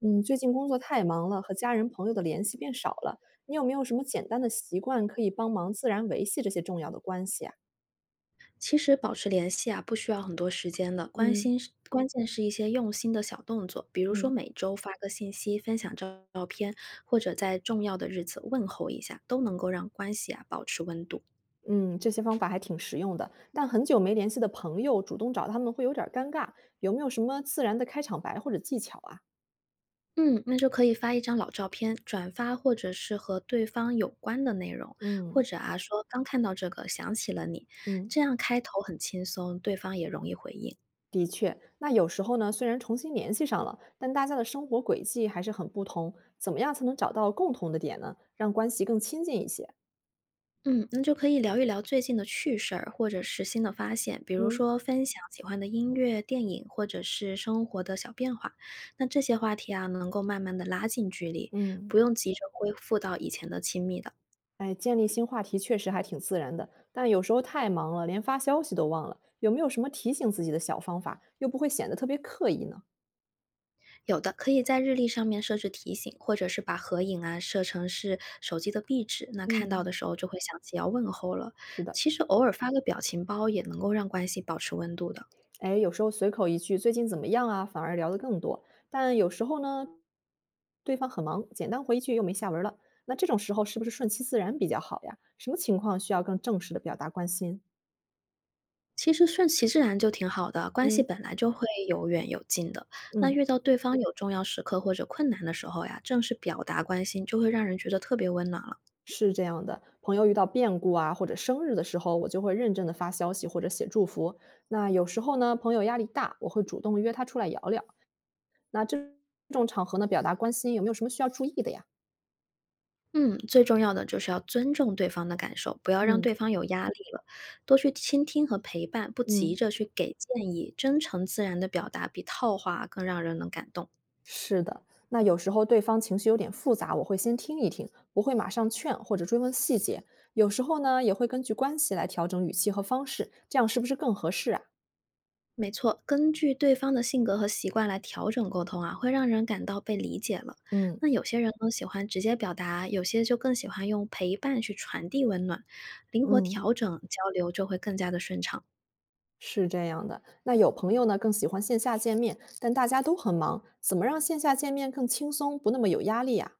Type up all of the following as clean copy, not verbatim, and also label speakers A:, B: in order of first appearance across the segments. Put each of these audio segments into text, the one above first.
A: 嗯，最近工作太忙了，和家人朋友的联系变少了。你有没有什么简单的习惯可以帮忙自然维系这些重要的关系啊？
B: 其实保持联系啊，不需要很多时间的，关
A: 嗯
B: 心是关键是一些用心的小动作，比如说
A: 嗯
B: 每周发个信息，分享照片，或者在重要的日子问候一下，都能够让关系啊保持温度。
A: 嗯，这些方法还挺实用的。但很久没联系的朋友主动找他们会有点儿尴尬，有没有什么自然的开场白或者技巧啊？
B: 嗯，那就可以发一张老照片，转发或者是和对方有关的内容，或
A: 嗯
B: 者啊说刚看到这个想起了你，
A: 嗯，
B: 这样开头很轻松，对方也容易回应。
A: 的确，那有时候呢，虽然重新联系上了，但大家的生活轨迹还是很不同，怎么样才能找到共同的点呢？让关系更亲近一些？
B: 嗯，那就可以聊一聊最近的趣事儿，或者是新的发现，比如
A: 嗯
B: 说分享喜欢的音乐、电影，或者是生活的小变化。那这些话题啊，能够慢慢的拉近距离，
A: 嗯。
B: 不用急着恢复到以前的亲密的。
A: 哎，建立新话题确实还挺自然的，但有时候太忙了，连发消息都忘了。有没有什么提醒自己的小方法，又不会显得特别刻意呢？
B: 有的可以在日历上面设置提醒，或者是把合影啊设成是手机的壁纸，那看到
A: 嗯，
B: 的时候就会想起要问候了。
A: 是的，
B: 其实偶尔发个表情包也能够让关系保持温度的。
A: 哎，有时候随口一句"最近怎么样啊"，反而聊得更多。但有时候呢，对方很忙，简单回一句又没下文了。那这种时候是不是顺其自然比较好呀？什么情况需要更正式的表达关心？
B: 其实顺其自然就挺好的，关系
A: 嗯。
B: 本来就会有远有近的。那
A: 嗯。
B: 遇到对方有重要时刻或者困难的时候呀，正式表达关心，就会让人觉得特别温暖了。
A: 是这样的，朋友遇到变故啊，或者生日的时候，我就会认真的发消息或者写祝福。那有时候呢，朋友压力大，我会主动约他出来聊聊。那这种场合呢，表达关心有没有什么需要注意的呀？
B: 嗯，最重要的就是要尊重对方的感受，不要让
A: 嗯
B: 对方有压力了，多去倾听和陪伴，不急
A: 嗯，
B: 着去给建议，真诚自然的表达比套话更让人能感动。
A: 是的。那有时候对方情绪有点复杂，我会先听一听，不会马上劝或者追问细节。有时候呢，也会根据关系来调整语气和方式，这样是不是更合适啊？
B: 没错，根据对方的性格和习惯来调整沟通啊，会让人感到被理解了。
A: 嗯
B: 那有些人呢喜欢直接表达，有些就更喜欢用陪伴去传递温暖，灵活
A: 嗯。
B: 调整交流就会更加的顺畅。
A: 是这样的，那有朋友呢更喜欢线下见面，但大家都很忙，怎么让线下见面更轻松，不那么有压力呀、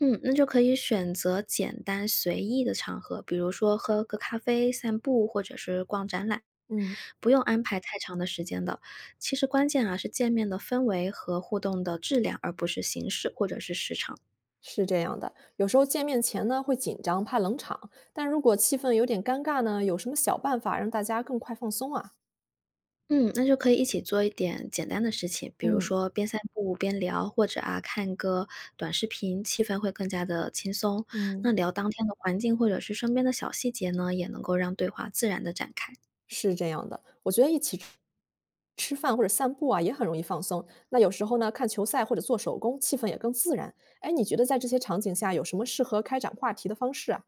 B: 嗯，那就可以选择简单随意的场合，比如说喝个咖啡、散步，或者是逛展览，
A: 嗯，
B: 不用安排太长的时间的。其实关键啊是见面的氛围和互动的质量，而不是形式或者是时长。
A: 是这样的，有时候见面前呢会紧张，怕冷场，但如果气氛有点尴尬呢，有什么小办法让大家更快放松啊？
B: 嗯，那就可以一起做一点简单的事情，比如
A: 嗯，
B: 说边散步边聊，或者啊看个短视频，气氛会更加的轻松。那
A: 嗯，
B: 聊当天的环境或者是身边的小细节呢，也能够让对话自然的展开。
A: 是这样的，我觉得一起吃吃饭或者散步啊也很容易放松。那有时候呢看球赛或者做手工，气氛也更自然。哎，你觉得在这些场景下有什么适合开展话题的方式啊？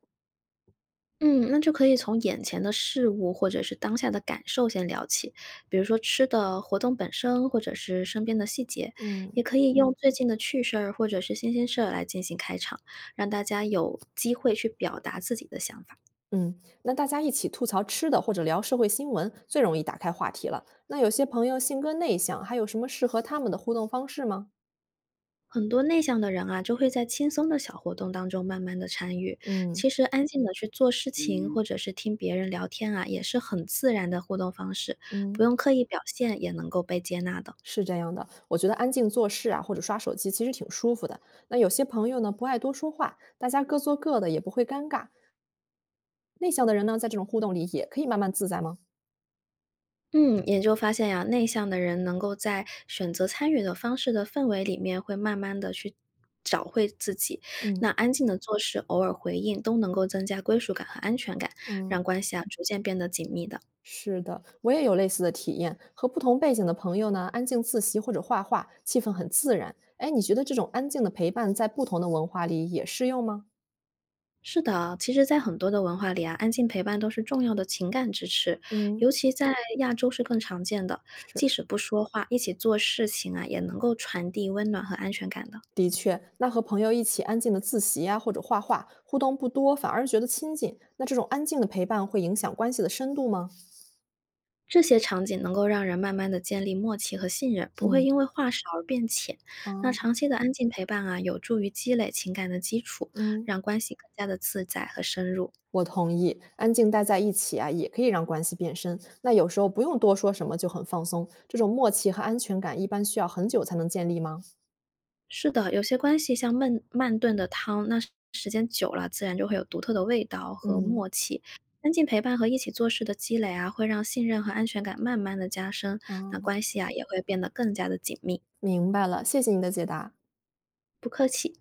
B: 嗯，那就可以从眼前的事物或者是当下的感受先聊起，比如说吃的、活动本身，或者是身边的细节，也
A: 嗯。
B: 可以用最近的趣事儿或者是新鲜事儿来进行开场，让大家有机会去表达自己的想法。
A: 嗯，那大家一起吐槽吃的或者聊社会新闻，最容易打开话题了。那有些朋友性格内向，还有什么适合他们的互动方式吗？
B: 很多内向的人啊，就会在轻松的小活动当中慢慢的参与。
A: 嗯
B: 其实安静的去做事情，或者是听别人聊天啊，也是很自然的互动方式，不
A: 嗯，
B: 用刻意表现也能够被接纳的。
A: 是这样的，我觉得安静做事啊，或者刷手机，其实挺舒服的。那有些朋友呢不爱多说话，大家各做各的，也不会尴尬。内向的人呢，在这种互动里也可以慢慢自在吗？
B: 嗯，研究发现呀、内向的人能够在选择参与的方式的氛围里面，会慢慢的去找回自己。那
A: 嗯。
B: 安静的做事，偶尔回应，都能够增加归属感和安全感，
A: 嗯。
B: 让关系啊逐渐变得紧密的。
A: 是的，我也有类似的体验。和不同背景的朋友呢，安静自习或者画画，气氛很自然。哎，你觉得这种安静的陪伴在不同的文化里也适用吗？
B: 是的，其实，在很多的文化里啊，安静陪伴都是重要的情感支持，
A: 嗯，
B: 尤其在亚洲是更常见的。即
A: 是，
B: 使不说话，一起做事情啊，也能够传递温暖和安全感的。
A: 的确，那和朋友一起安静的自习啊，或者画画，互动不多，反而觉得亲近。那这种安静的陪伴会影响关系的深度吗？
B: 这些场景能够让人慢慢的建立默契和信任，不会
A: 嗯
B: 因为话少而变浅。
A: 啊，
B: 那长期的安静陪伴啊，有助于积累情感的基础，
A: 嗯，
B: 让关系更加的自在和深入。
A: 我同意，安静待在一起啊，也可以让关系变深。那有时候不用多说什么就很放松，这种默契和安全感一般需要很久才能建立吗？
B: 是的，有些关系像焖慢炖的汤，那时间久了，自然就会有独特的味道和
A: 嗯，
B: 默契。安静陪伴和一起做事的积累啊，会让信任和安全感慢慢的加深，那
A: 哦，
B: 关系啊也会变得更加的紧密。
A: 明白了，谢谢你的解答。
B: 不客气。